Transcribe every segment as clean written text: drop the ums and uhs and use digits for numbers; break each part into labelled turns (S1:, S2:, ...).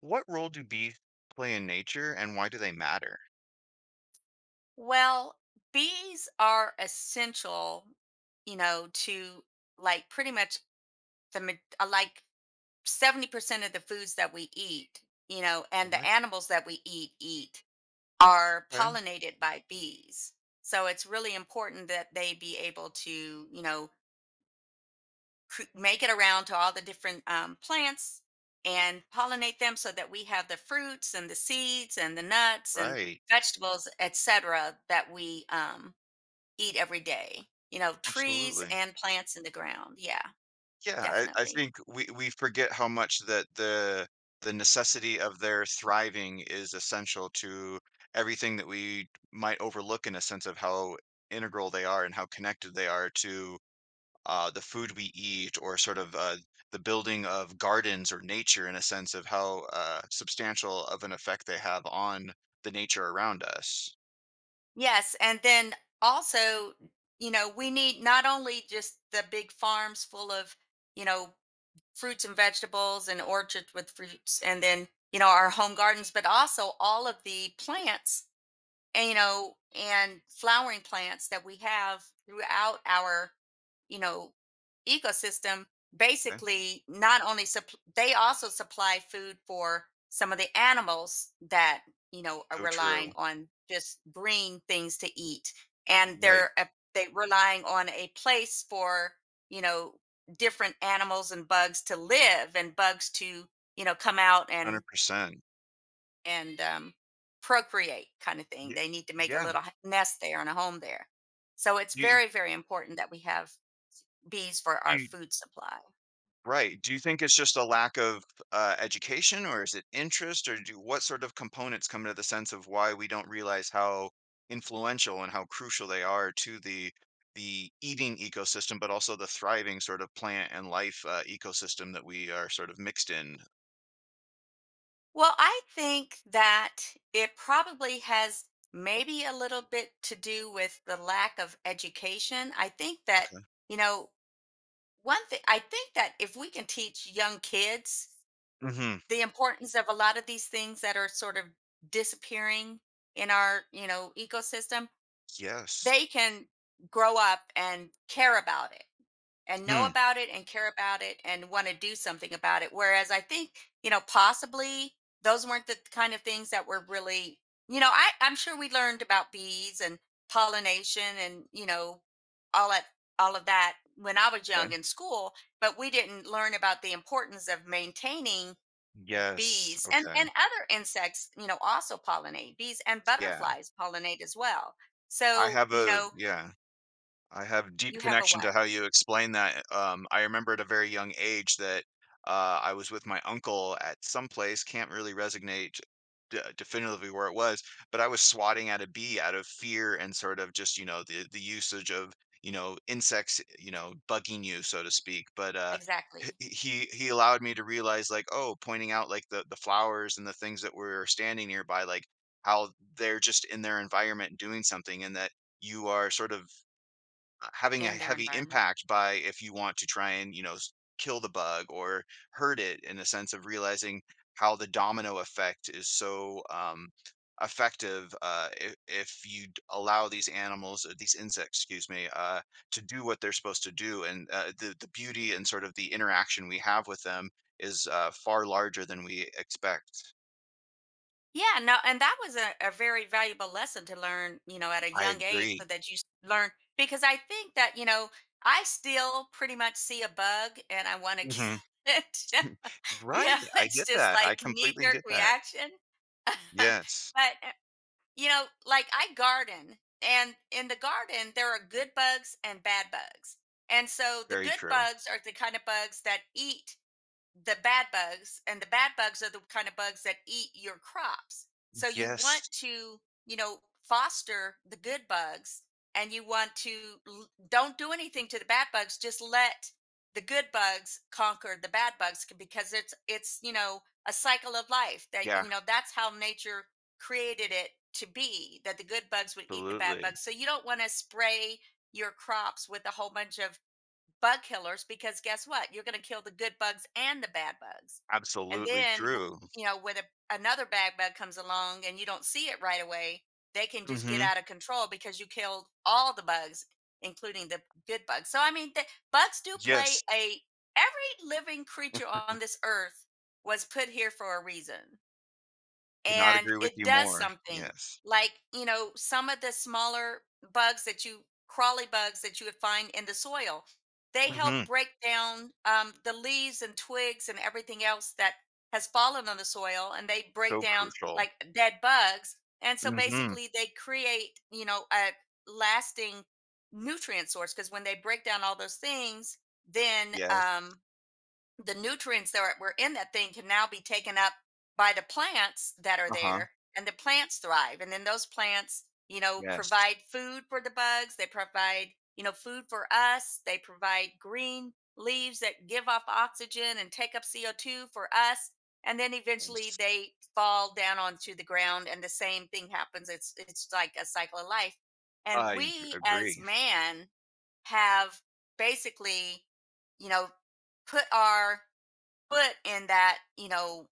S1: What role do bees play in nature and why do they matter?
S2: Well, bees are essential, you know, to like pretty much the ma- like 70% of the foods that we eat, you know, and
S1: I'm
S2: the
S1: like,
S2: animals that we eat eat are
S1: okay,
S2: pollinated by bees. So it's really important that they be able to, you know, make it around to all the different plants and pollinate them so that we have the fruits and the seeds and the nuts and
S1: right.
S2: vegetables, etc., that we eat every day, you know, trees
S1: Absolutely.
S2: and plants in the ground. Yeah,
S1: Yeah, I
S2: definitely.
S1: think we forget how much that the necessity of their thriving is essential to everything that we might overlook in a sense of how integral they are and how connected they are to the food we eat or sort of the building of gardens or nature in a sense of how substantial of an effect they have on the nature around us.
S2: Yes, and then also, you know, we need not only just the big farms full of, you know, fruits and vegetables and orchards with fruits and then, you know, our home gardens, but also all of the plants and you know and flowering plants that we have throughout our you know ecosystem basically not only supp- they also supply food for some of the animals that you know are
S1: So true.
S2: relying on just green things to eat and
S1: Right.
S2: they relying on a place for, you know, different animals and bugs to live and bugs to, you know, come out and
S1: 100%.
S2: and um, procreate kind of thing.
S1: Yeah.
S2: They need to make a
S1: Yeah.
S2: little nest there and a home there. So it's
S1: You
S2: very, very important that we have bees for our
S1: you
S2: food supply.
S1: right. Do you think it's just a lack of, education, or is it interest, or do what sort of components come into the sense of why we don't realize how influential and how crucial they are to the eating ecosystem, but also the thriving sort of plant and life, ecosystem that we are sort of mixed in?
S2: Well, I think that it probably has maybe a little bit to do with the lack of education. I think that,
S1: Okay.
S2: you know, one thing, I think that if we can teach young kids
S1: Mhm.
S2: the importance of a lot of these things that are sort of disappearing in our, you know, ecosystem,
S1: Yes.
S2: they can grow up and care about it and know
S1: Hmm.
S2: about it and care about it and want to do something about it, whereas I think, you know, possibly those weren't the kind of things that were really, you know, I'm sure we learned about bees and pollination and, you know, all that, all of that when I was
S1: Okay.
S2: young in school, but we didn't learn about the importance of maintaining
S1: Yes.
S2: bees and
S1: Okay.
S2: and other insects. You know, also pollinate bees and
S1: Yeah.
S2: butterflies pollinate as well,
S1: I
S2: so
S1: have
S2: you
S1: a
S2: know.
S1: yeah. I have deep
S2: You have a
S1: connection to
S2: what?
S1: how you explain that. I remember at a very young age that I was with my uncle at some place. Can't really resonate definitively where it was, but I was swatting at a bee out of fear and sort of, just, the usage of, you know, insects, you know, bugging you, so to speak. But uh, h-
S2: Exactly,
S1: he he allowed me to realize, like, oh, pointing out like the flowers and the things that were standing nearby, like how they're just in their environment doing something and that you are sort of having a
S2: in their
S1: heavy
S2: environment.
S1: impact by, if you want to try and, you know, kill the bug or hurt it, in the sense of realizing how the domino effect is so effective, if you allow these animals, or these insects, excuse me, to do what they're supposed to do. And the beauty and sort of the interaction we have with them is, far larger than we expect.
S2: Yeah, no, and that was a very valuable lesson to learn, you know, at a
S1: I
S2: young age
S1: agree.
S2: so that learn, because I think that, you know, I still pretty much see a bug and I want to kill
S1: Hmm.
S2: it. You
S1: Right.
S2: know,
S1: I
S2: it's
S1: get
S2: just
S1: that. I
S2: like knee
S1: completely
S2: jerk
S1: get that.
S2: reaction. But,
S1: Yes.
S2: uh, you know, like I garden, and in the garden, there are good bugs and bad bugs. And so the
S1: Very
S2: good
S1: true.
S2: bugs are the kind of bugs that eat the bad bugs, and the bad bugs are the kind of bugs that eat your crops, so you want
S1: Yes.
S2: to, you know, foster the good bugs, and you want to don't do anything to the bad bugs, just let the good bugs conquer the bad bugs, because it's you know, a cycle of life, that
S1: Yeah,
S2: you know, that's how nature created it to be, that the good bugs would eat the bad
S1: absolutely.
S2: bugs. So you don't want to spray your crops with a whole bunch of bug killers, because guess what? You're going to kill the good bugs and the bad bugs. And
S1: Absolutely
S2: then, w-
S1: true.
S2: you know, when a, another bad bug comes along and you don't see it right away, they can just get
S1: Mhm.
S2: out of control because you killed all the bugs, including the good bugs. So, I mean, the, bugs do play
S1: Yes,
S2: a, every living creature on this earth was put here for a reason,
S1: could not
S2: and
S1: agree with
S2: it
S1: you
S2: does
S1: more.
S2: something.
S1: Yes.
S2: Like, you know, some of the smaller bugs that you, crawly bugs that you would find in the soil, they help
S1: Mhm.
S2: break down the leaves and twigs and everything else that has fallen on the soil, and they break
S1: So
S2: down
S1: crucial.
S2: like dead bugs, and so
S1: Mhm.
S2: basically they create, you know, a lasting nutrient source, because when they break down all those things, then
S1: Yes.
S2: the nutrients that were in that thing can now be taken up by the plants that are
S1: Uh-huh.
S2: there, and the plants thrive, and then those plants, you know,
S1: Yes.
S2: provide food for the bugs, they provide, you know, food for us, they provide green leaves that give off oxygen and take up CO2 for us, and then eventually
S1: Yes.
S2: they fall down onto the ground and the same thing happens. It's like a cycle of life. And we as
S1: Agree.
S2: man have basically, you know, put our foot in that, you know,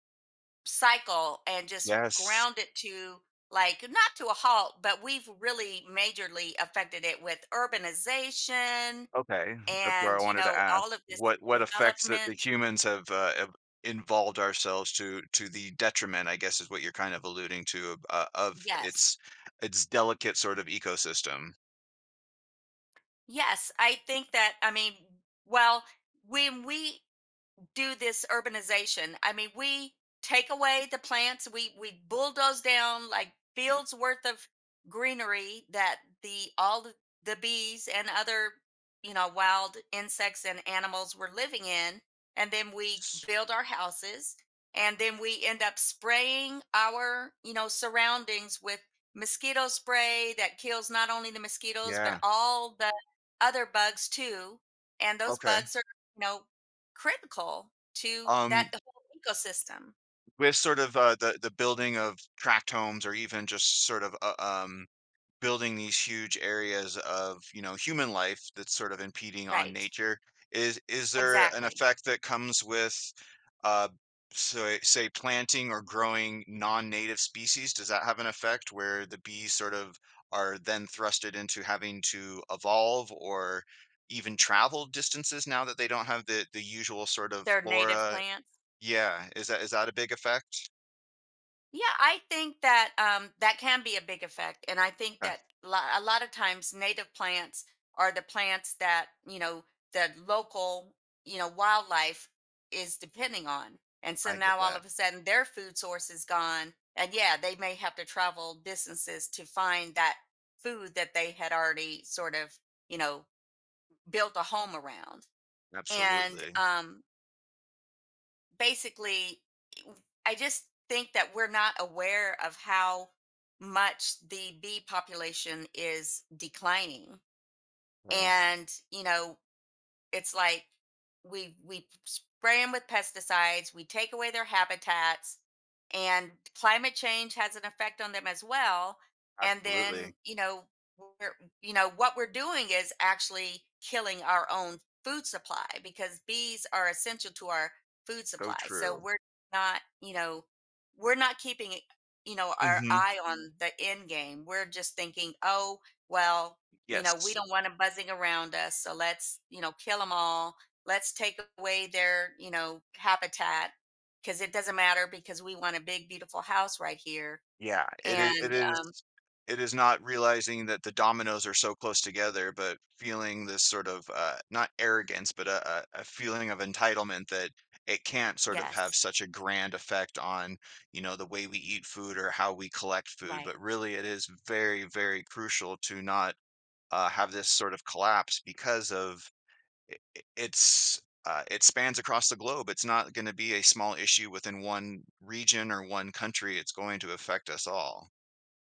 S2: cycle and just
S1: Yes.
S2: ground it to, like not to a halt, but we've really majorly affected it with urbanization
S1: Okay. That's where I
S2: and, you
S1: wanted to
S2: know,
S1: ask.
S2: all of this
S1: What effects that the
S2: development.
S1: humans have involved ourselves to the detriment, I guess, is what you're kind of alluding to, of
S2: Yes.
S1: its delicate sort of ecosystem.
S2: Yes. I think that, I mean, well, when we do this urbanization. I mean, we take away the plants, we bulldoze down like fields worth of greenery that the all the bees and other, you know, wild insects and animals were living in, and then we build our houses, and then we end up spraying our, you know, surroundings with mosquito spray that kills not only the mosquitoes but
S1: Yeah.
S2: all the other bugs too. And those
S1: Okay.
S2: bugs are, you know, critical to that
S1: Um
S2: whole ecosystem.
S1: with sort of the building of tract homes, or even just sort of building these huge areas of, you know, human life that's sort of impeding on
S2: Right,
S1: nature, is there an
S2: exactly.
S1: effect that comes with uh, so, say, planting or growing non-native species? Does that have an effect where the bees sort of are then thrusted into having to evolve, or even travel distances now that they don't have the usual sort of
S2: They're native
S1: flora?
S2: plants.
S1: Yeah, is that a big effect?
S2: Yeah, I think that that can be a big effect, and I think
S1: I
S2: that a lot of times native plants are the plants that, you know, the local, you know, wildlife is depending on, and so
S1: I get
S2: now all
S1: that.
S2: of a sudden their food source is gone, and yeah, they may have to travel distances to find that food that they had already sort of, you know, built a home around. And
S1: Absolutely.
S2: basically, I just think that we're not aware of how much the bee population is declining,
S1: Yeah,
S2: and you know, it's like we spray them with pesticides, we take away their habitats, and climate change has an effect on them as well. And
S1: absolutely.
S2: then, you know, we're, you know, what we're doing is actually killing our own food supply, because bees are essential to our food
S1: So
S2: supply. So
S1: true.
S2: we're not, you know, we're not keeping, you know, our
S1: Mhm.
S2: eye on the end game. We're just thinking, oh well, you know, we
S1: Yes.
S2: don't want them buzzing around us. So let's, you know, kill them all. Let's take away their, you know, habitat, because it doesn't matter because we want a big, beautiful house right here.
S1: Yeah, it
S2: Right.
S1: is. it
S2: And
S1: is it is not realizing that the dominoes are so close together, but feeling this sort of, not arrogance, but a feeling of entitlement that it can't sort of have
S2: yes,
S1: such a grand effect on, you know, the way we eat food or how we collect food,
S2: right.
S1: but really it is very, very crucial to not, have this sort of collapse because of. It's it spans across the globe. It's not gonna be a small issue within one region or one country. It's going to affect us all.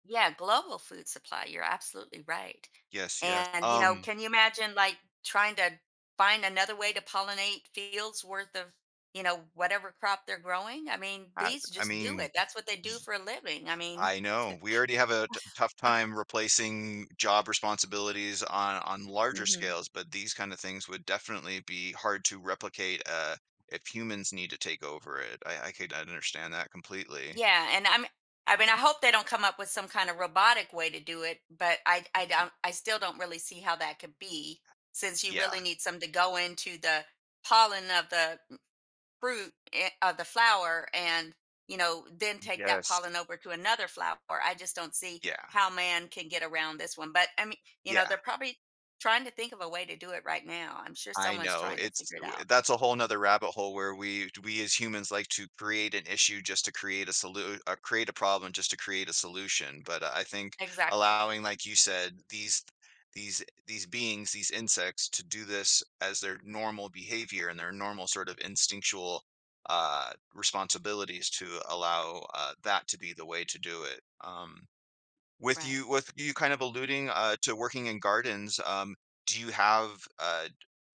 S2: Yeah, global food supply. You're absolutely right.
S1: Yes, yes.
S2: And, you know, can you imagine like trying to find another way to pollinate fields worth of, you know, whatever crop they're growing? I mean,
S1: I
S2: bees
S1: I
S2: just do
S1: mean,
S2: it. That's what they
S1: y
S2: do for a living. I mean,
S1: I know. We already have a t tough time replacing job responsibilities on larger
S2: hmm.
S1: scales, but these kind of things would definitely be hard to replicate, if humans need to take over it. I could understand that completely.
S2: Yeah, and I'm, I mean, I hope they don't come up with some kind of robotic way to do it, but I don't, I still don't really see how that could be, since you
S1: Yeah.
S2: really need some to go into the pollen of the of the flower and, you know, then take that
S1: Yes.
S2: pollen over to another flower. I just don't see
S1: Yeah.
S2: how man can get around this one. But I mean, you know,
S1: Yeah.
S2: they're probably trying to think of a way to do it right now. I'm sure
S1: I
S2: someone's
S1: know,
S2: trying to
S1: it's
S2: figure it out.
S1: that's a whole 'nother rabbit hole where we as humans like to create an issue just to create a solution, create a problem just to create a solution, but I think
S2: Exactly.
S1: allowing, like you said, these beings, these insects, to do this as their normal behavior and their normal sort of instinctual, responsibilities, to allow, that to be the way to do it. Um, with you
S2: Right.
S1: with you kind of alluding, to working in gardens, do you have,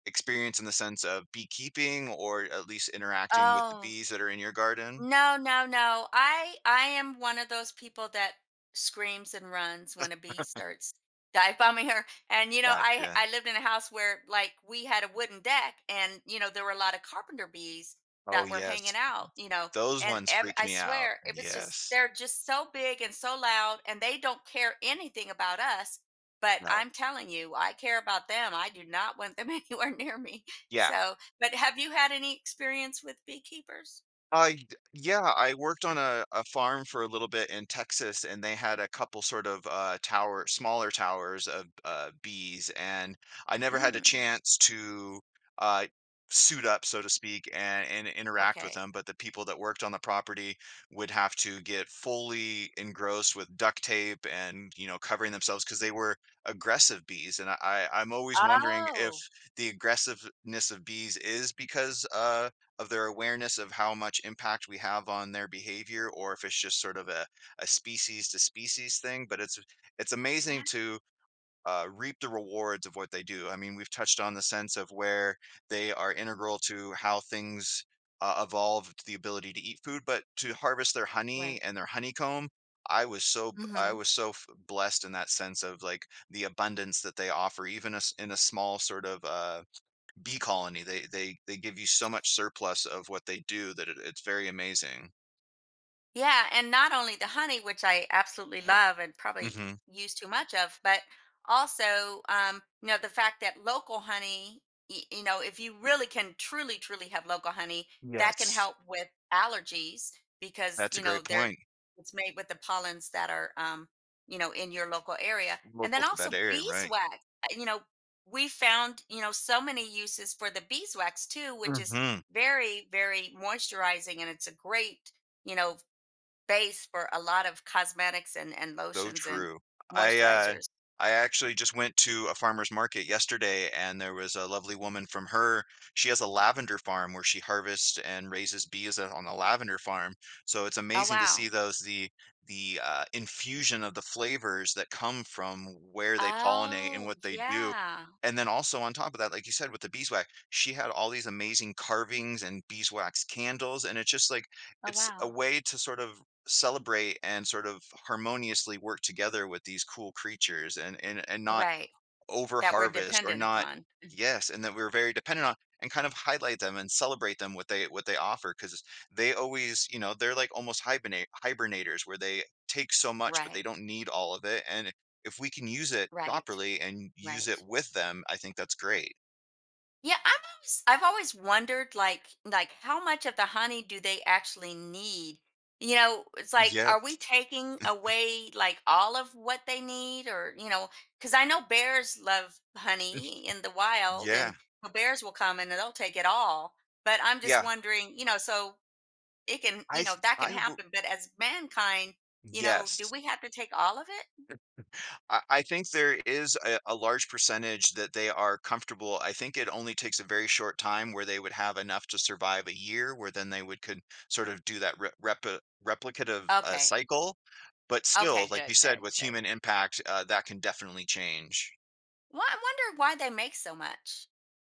S1: experience in the sense of beekeeping, or at least interacting with the
S2: Oh,
S1: bees that are in your garden?
S2: no, no, no. I am one of those people that screams and runs when a bee starts dive bombing her. And you know, I
S1: Gotcha.
S2: I lived in a house where like we had a wooden deck, and you know there were a lot of carpenter bees
S1: Oh,
S2: that were hanging
S1: yes.
S2: out. You know,
S1: Those
S2: and
S1: ones freak
S2: I
S1: me out.
S2: swear it was just
S1: Yes.
S2: they're just so big and so loud, and they don't care anything about us. But
S1: No.
S2: I'm telling you, I care about them. I do not want them anywhere near me.
S1: Yeah.
S2: So, but have you had any experience with beekeepers?
S1: I d yeah, I worked on a farm for a little bit in Texas, and they had a couple sort of, tower, smaller towers of, bees, and I never had a
S2: Mm.
S1: chance to, uh, suit up, so to speak, and interact with
S2: Okay.
S1: them, but the people that worked on the property would have to get fully engrossed with duct tape and, you know, covering themselves because they were aggressive bees, and I'm always wondering if
S2: Oh.
S1: the aggressiveness of bees is because, of their awareness of how much impact we have on their behavior, or if it's just sort of a species to species thing. But it's
S2: Yeah.
S1: amazing to, reap the rewards of what they do. I mean, we've touched on the sense of where they are integral to how things evolved the ability to eat food, but to harvest their honey
S2: Right.
S1: and their honeycomb. I
S2: Hmm.
S1: was so blessed in that sense of, like, the abundance that they offer, even a s in a small sort of, bee colony. They give you so much surplus of what they do that it's very amazing.
S2: Yeah, and not only the honey, which I absolutely love and probably
S1: Hmm.
S2: use too much of, but also, you know, the fact that local honey, you know, if you really can truly, truly have local honey, that can
S1: Yes,
S2: help with allergies, because,
S1: that's a
S2: you know,
S1: great
S2: they're,
S1: point.
S2: it's made with the pollens that are, you know, in your local area. And
S1: Local
S2: then
S1: to that
S2: also
S1: area, right?
S2: beeswax. You know, we found, you know, so many uses for the beeswax too, which is
S1: Hmm.
S2: very, very moisturizing, and it's a great, you know, base for a lot of cosmetics and
S1: So
S2: lotions and
S1: true. I, uh,
S2: moisturizers.
S1: I actually just went to a farmer's market yesterday and there was a lovely woman from her. She has a lavender farm where she harvests and raises bees on a lavender farm. So it's
S2: Oh,
S1: amazing to see
S2: wow.
S1: those the infusion of the flavors that come from where they pollinate and
S2: Oh,
S1: what they do.
S2: yeah.
S1: And then also, on top of that, like you said, with the beeswax, she had all these amazing carvings and beeswax candles. And it's just, like,
S2: Oh,
S1: it's a
S2: wow.
S1: way to sort of celebrate and sort of harmoniously work together with these cool creatures, and not
S2: Right.
S1: over
S2: That we're
S1: harvest, or
S2: dependent
S1: not.
S2: upon.
S1: Yes, and that we're very dependent on, and kind of highlight them and celebrate them, what they offer, because they always, you know, they're like almost hibernate hibernators, where they take so much, but they
S2: Right.
S1: don't need all of it. And if we can use it
S2: Right.
S1: properly and use it
S2: Right.
S1: with them, I think that's great.
S2: Yeah, I am always, I've always wondered like how much of the honey do they actually need? You know, it's like, are we
S1: Yes.
S2: taking away like all of what they need? Or you know, 'cuz I know bears love honey in the wild,
S1: Yeah.
S2: and the bears will come and they'll take it all. But I'm just
S1: Yeah.
S2: wondering, you know, so it can,
S1: I
S2: you know,
S1: th-
S2: that can
S1: I w-
S2: happen, but as mankind, you know, do
S1: yes.
S2: we have to take all of it?
S1: I think there is a large percentage that they are comfortable. I think it only takes a very short time where they would have enough to survive a year, where then they would could sort of do that re repa replicative,
S2: Okay.
S1: cycle, but still,
S2: Okay,
S1: like you
S2: good,
S1: said,
S2: good,
S1: with
S2: good.
S1: human impact, that can definitely change.
S2: Well, I wonder why they make so much.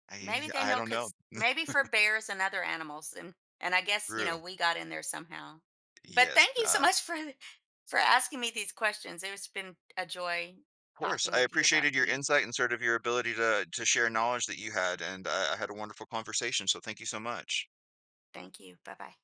S2: Maybe they
S1: I
S2: know
S1: don't know,
S2: because maybe for bears and other animals, and I guess, you know,
S1: Drew.
S2: we got in there somehow. But
S1: Yes,
S2: thank you so much for asking me these questions. It's been a joy
S1: of course.
S2: talking
S1: I
S2: with you about
S1: appreciated your
S2: bees.
S1: insight and sort of your ability to share knowledge that you had, and I had a wonderful conversation, so thank you so much.
S2: Thank you. Bye bye.